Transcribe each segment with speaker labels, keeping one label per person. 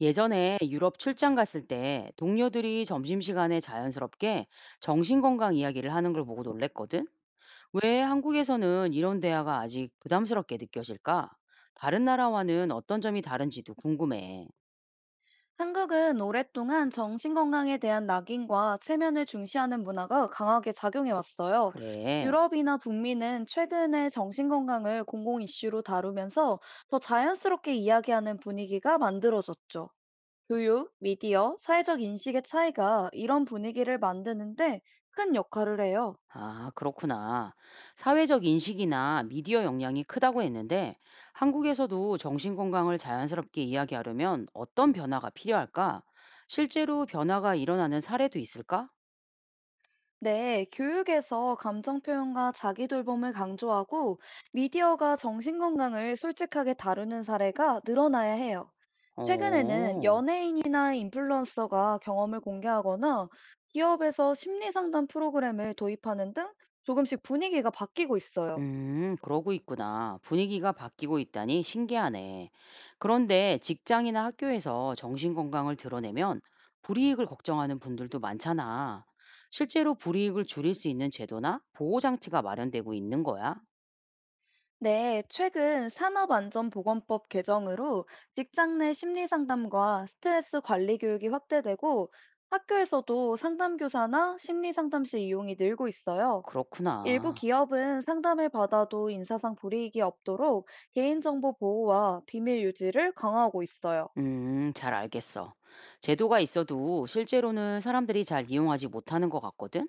Speaker 1: 예전에 유럽 출장 갔을 때 동료들이 점심시간에 자연스럽게 정신건강 이야기를 하는 걸 보고 놀랬거든? 왜 한국에서는 이런 대화가 아직 부담스럽게 느껴질까? 다른 나라와는 어떤 점이 다른지도 궁금해.
Speaker 2: 한국은 오랫동안 정신건강에 대한 낙인과 체면을 중시하는 문화가 강하게 작용해 왔어요.
Speaker 1: 그래.
Speaker 2: 유럽이나 북미는 최근에 정신건강을 공공 이슈로 다루면서 더 자연스럽게 이야기하는 분위기가 만들어졌죠. 교육, 미디어, 사회적 인식의 차이가 이런 분위기를 만드는데 큰 역할을 해요.
Speaker 1: 아, 그렇구나. 사회적 인식이나 미디어 영향이 크다고 했는데 한국에서도 정신건강을 자연스럽게 이야기하려면 어떤 변화가 필요할까? 실제로 변화가 일어나는 사례도 있을까?
Speaker 2: 네, 교육에서 감정 표현과 자기 돌봄을 강조하고 미디어가 정신 건강을 솔직하게 다루는 사례가 늘어나야 해요. 최근에는
Speaker 1: 어.
Speaker 2: 연예인이나 인플루언서가 경험을 공개하거나 기업에서 심리 상담 프로그램을 도입하는 등 조금씩 분위기가 바뀌고 있어요.
Speaker 1: 그러고 있구나. 분위기가 바뀌고 있다니 신기하네. 그런데 직장이나 학교에서 정신건강을 드러내면 불이익을 걱정하는 분들도 많잖아. 실제로 불이익을 줄일 수 있는 제도나 보호장치가 마련되고 있는 거야?
Speaker 2: 네, 최근 산업안전보건법 개정으로 직장 내 심리상담과 스트레스 관리 교육이 확대되고 학교에서도 상담교사나 심리상담실 이용이 늘고 있어요. 일부
Speaker 1: 그렇구나.
Speaker 2: 기업은 상담을 받아도 인사상 불이익이 없도록 개인정보 보호와 비밀 유지를 강화하고 있어요.
Speaker 1: 잘 알겠어. 제도가 있어도 실제로는 사람들이 잘 이용하지 못하는 것 같거든?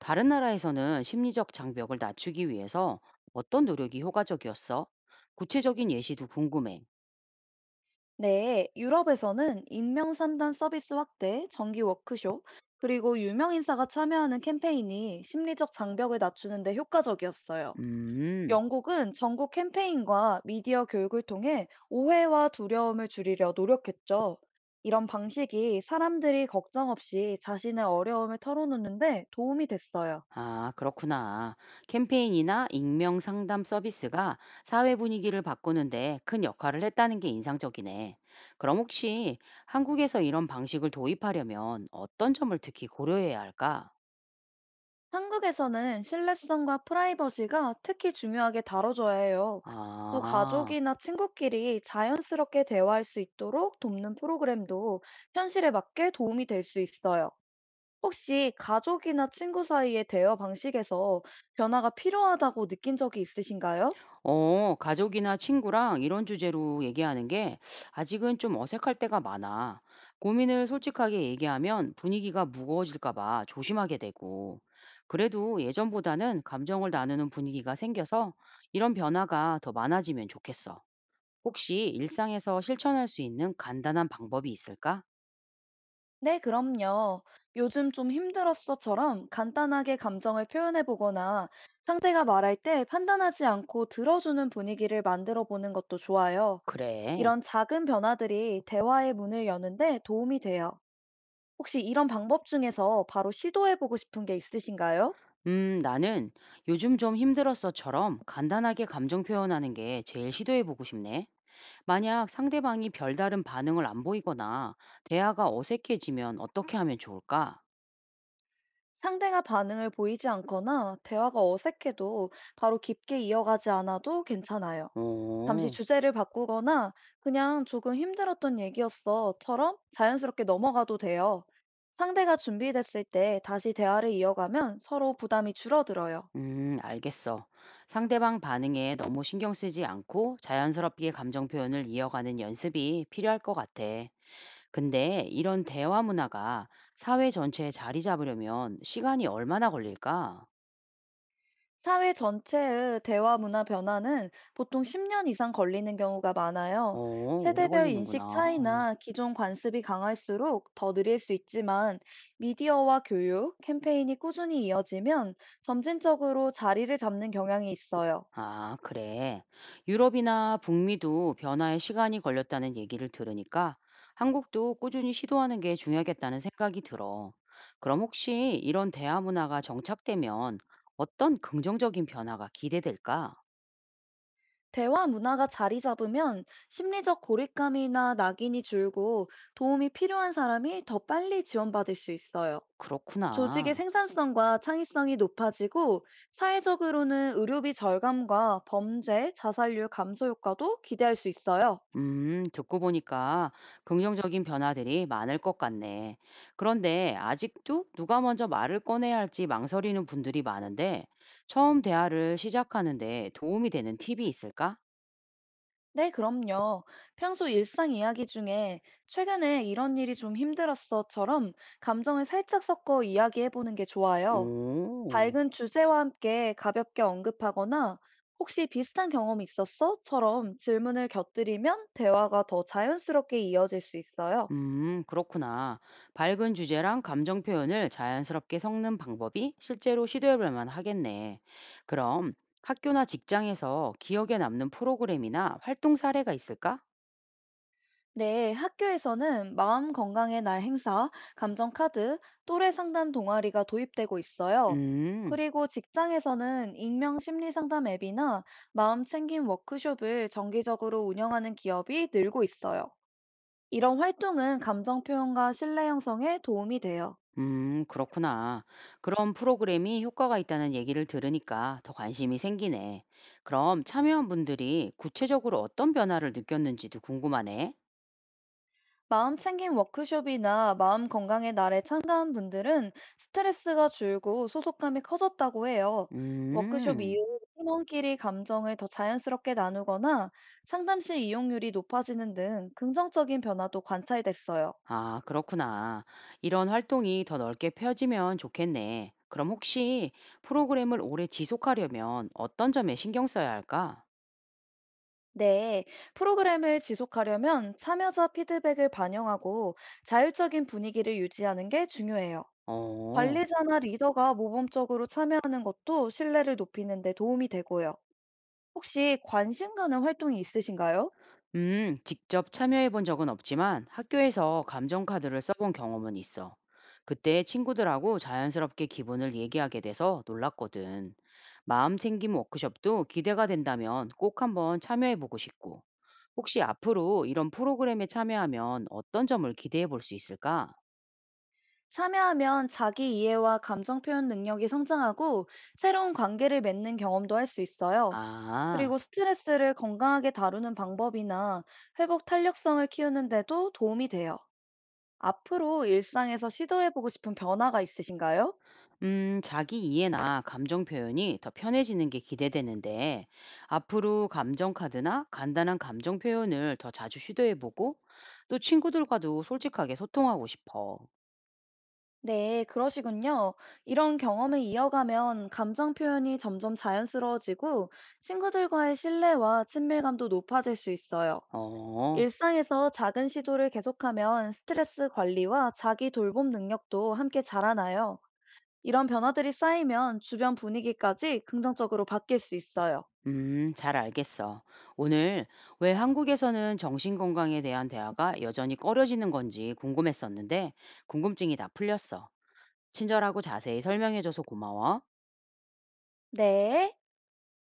Speaker 1: 다른 나라에서는 심리적 장벽을 낮추기 위해서 어떤 노력이 효과적이었어? 구체적인 예시도 궁금해.
Speaker 2: 네, 유럽에서는 인명상담 서비스 확대, 정기 워크숍, 그리고 유명 인사가 참여하는 캠페인이 심리적 장벽을 낮추는 데 효과적이었어요.
Speaker 1: 음,
Speaker 2: 영국은 전국 캠페인과 미디어 교육을 통해 오해와 두려움을 줄이려 노력했죠. 이런 방식이 사람들이 걱정 없이 자신의 어려움을 털어놓는데 도움이 됐어요.
Speaker 1: 아, 그렇구나. 캠페인이나 익명 상담 서비스가 사회 분위기를 바꾸는데 큰 역할을 했다는 게 인상적이네. 그럼 혹시 한국에서 이런 방식을 도입하려면 어떤 점을 특히 고려해야 할까?
Speaker 2: 한국에서는 신뢰성과 프라이버시가 특히 중요하게 다뤄져야 해요. 또
Speaker 1: 아.
Speaker 2: 가족이나 친구끼리 자연스럽게 대화할 수 있도록 돕는 프로그램도 현실에 맞게 도움이 될 수 있어요. 혹시 가족이나 친구 사이의 대화 방식에서 변화가 필요하다고 느낀 적이 있으신가요?
Speaker 1: 어, 가족이나 친구랑 이런 주제로 얘기하는 게 아직은 좀 어색할 때가 많아. 고민을 솔직하게 얘기하면 분위기가 무거워질까 봐 조심하게 되고. 그래도 예전보다는 감정을 나누는 분위기가 생겨서 이런 변화가 더 많아지면 좋겠어. 혹시 일상에서 실천할 수 있는 간단한 방법이 있을까?
Speaker 2: 네, 그럼요. 요즘 좀 힘들었어처럼 간단하게 감정을 표현해 보거나 상대가 말할 때 판단하지 않고 들어주는 분위기를 만들어 보는 것도 좋아요.
Speaker 1: 그래.
Speaker 2: 이런 작은 변화들이 대화의 문을 여는데 도움이 돼요. 혹시 이런 방법 중에서 바로 시도해 보고 싶은 게 있으신가요?
Speaker 1: 나는 요즘 좀 힘들었어처럼 간단하게 감정 표현하는 게 제일 시도해보고 싶네. 만약 상대방이 별다른 반응을 안 보이거나 대화가 어색해지면 어떻게 하면 좋을까?
Speaker 2: 상대가 반응을 보이지 않거나 대화가 어색해도 바로 깊게 이어가지 않아도 괜찮아요. 잠시
Speaker 1: 오,
Speaker 2: 주제를 바꾸거나 그냥 조금 힘들었던 얘기였어처럼 자연스럽게 넘어가도 돼요. 상대가 준비됐을 때 다시 대화를 이어가면 서로 부담이 줄어들어요.
Speaker 1: 알겠어. 상대방 반응에 너무 신경 쓰지 않고 자연스럽게 감정 표현을 이어가는 연습이 필요할 것 같아. 근데 이런 대화 문화가 사회 전체에 자리 잡으려면 시간이 얼마나 걸릴까?
Speaker 2: 사회 전체의 대화 문화 변화는 보통 10년 이상 걸리는 경우가
Speaker 1: 어,
Speaker 2: 많아요.
Speaker 1: 오래
Speaker 2: 세대별 인식
Speaker 1: 걸리는구나.
Speaker 2: 차이나 기존 관습이 강할수록 더 느릴 수 있지만 미디어와 교육, 캠페인이 꾸준히 이어지면 점진적으로 자리를 잡는 경향이 있어요.
Speaker 1: 아, 그래. 유럽이나 북미도 변화에 시간이 걸렸다는 얘기를 들으니까 한국도 꾸준히 시도하는 게 중요하겠다는 생각이 들어. 그럼 혹시 이런 대화 문화가 정착되면 어떤 긍정적인 변화가 기대될까?
Speaker 2: 대화 문화가 자리 잡으면 심리적 고립감이나 낙인이 줄고 도움이 필요한 사람이 더 빨리 지원받을 수 있어요. 조직의
Speaker 1: 그렇구나.
Speaker 2: 생산성과 창의성이 높아지고 사회적으로는 의료비 절감과 범죄, 자살률 감소 효과도 기대할 수 있어요.
Speaker 1: 듣고 보니까 긍정적인 변화들이 많을 것 같네. 그런데 아직도 누가 먼저 말을 꺼내야 할지 망설이는 분들이 많은데 처음 대화를 시작하는데 도움이 되는 팁이 있을까?
Speaker 2: 네, 그럼요. 평소 일상 이야기 중에 최근에 이런 일이 좀 힘들었어처럼 감정을 살짝 섞어 이야기해 보는 게 좋아요.
Speaker 1: 오.
Speaker 2: 밝은 주제와 함께 가볍게 언급하거나 혹시 비슷한 경험이 있었어?처럼 질문을 곁들이면 대화가 더 자연스럽게 이어질 수 있어요.
Speaker 1: 그렇구나. 밝은 주제랑 감정 표현을 자연스럽게 섞는 방법이 실제로 시도해볼 만하겠네. 그럼 학교나 직장에서 기억에 남는 프로그램이나 활동 사례가 있을까?
Speaker 2: 네, 학교에서는 마음 건강의 날 행사, 감정 카드, 또래 상담 동아리가 도입되고 있어요.
Speaker 1: 음,
Speaker 2: 그리고 직장에서는 익명 심리 상담 앱이나 마음 챙김 워크숍을 정기적으로 운영하는 기업이 늘고 있어요. 이런 활동은 감정 표현과 신뢰 형성에 도움이 돼요.
Speaker 1: 그렇구나. 그런 프로그램이 효과가 있다는 얘기를 들으니까 더 관심이 생기네. 그럼 참여한 분들이 구체적으로 어떤 변화를 느꼈는지도 궁금하네.
Speaker 2: 마음챙김 워크숍이나 마음 건강의 날에 참가한 분들은 스트레스가 줄고 소속감이 커졌다고 해요. 워크숍
Speaker 1: 음.
Speaker 2: 이후 팀원끼리 감정을 더 자연스럽게 나누거나 상담실 이용률이 높아지는 등 긍정적인 변화도 관찰됐어요.
Speaker 1: 아, 그렇구나. 이런 활동이 더 넓게 펴지면 좋겠네. 그럼 혹시 프로그램을 오래 지속하려면 어떤 점에 신경 써야 할까?
Speaker 2: 네, 프로그램을 지속하려면 참여자 피드백을 반영하고 자율적인 분위기를 유지하는 게 중요해요.
Speaker 1: 어,
Speaker 2: 관리자나 리더가 모범적으로 참여하는 것도 신뢰를 높이는 데 도움이 되고요. 혹시 관심 가는 활동이 있으신가요?
Speaker 1: 직접 참여해 본 적은 없지만 학교에서 감정카드를 써본 경험은 있어. 그때 친구들하고 자연스럽게 기분을 얘기하게 돼서 놀랐거든. 마음 챙김 워크숍도 기대가 된다면 꼭 한번 참여해 보고 싶고. 혹시 앞으로 이런 프로그램에 참여하면 어떤 점을 기대해 볼 수 있을까?
Speaker 2: 참여하면 자기 이해와 감정 표현 능력이 성장하고 새로운 관계를 맺는 경험도 할 수 있어요.
Speaker 1: 아,
Speaker 2: 그리고 스트레스를 건강하게 다루는 방법이나 회복 탄력성을 키우는 데도 도움이 돼요. 앞으로 일상에서 시도해보고 싶은 변화가 있으신가요?
Speaker 1: 자기 이해나 감정 표현이 더 편해지는 게 기대되는데, 앞으로 감정 카드나 간단한 감정 표현을 더 자주 시도해보고, 또 친구들과도 솔직하게 소통하고 싶어.
Speaker 2: 네, 그러시군요. 이런 경험을 이어가면 감정 표현이 점점 자연스러워지고 친구들과의 신뢰와 친밀감도 높아질 수 있어요.
Speaker 1: 어,
Speaker 2: 일상에서 작은 시도를 계속하면 스트레스 관리와 자기 돌봄 능력도 함께 자라나요. 이런 변화들이 쌓이면 주변 분위기까지 긍정적으로 바뀔 수 있어요.
Speaker 1: 잘 알겠어. 오늘 왜 한국에서는 정신건강에 대한 대화가 여전히 꺼려지는 건지 궁금했었는데, 궁금증이 다 풀렸어. 친절하고 자세히 설명해줘서 고마워.
Speaker 2: 네.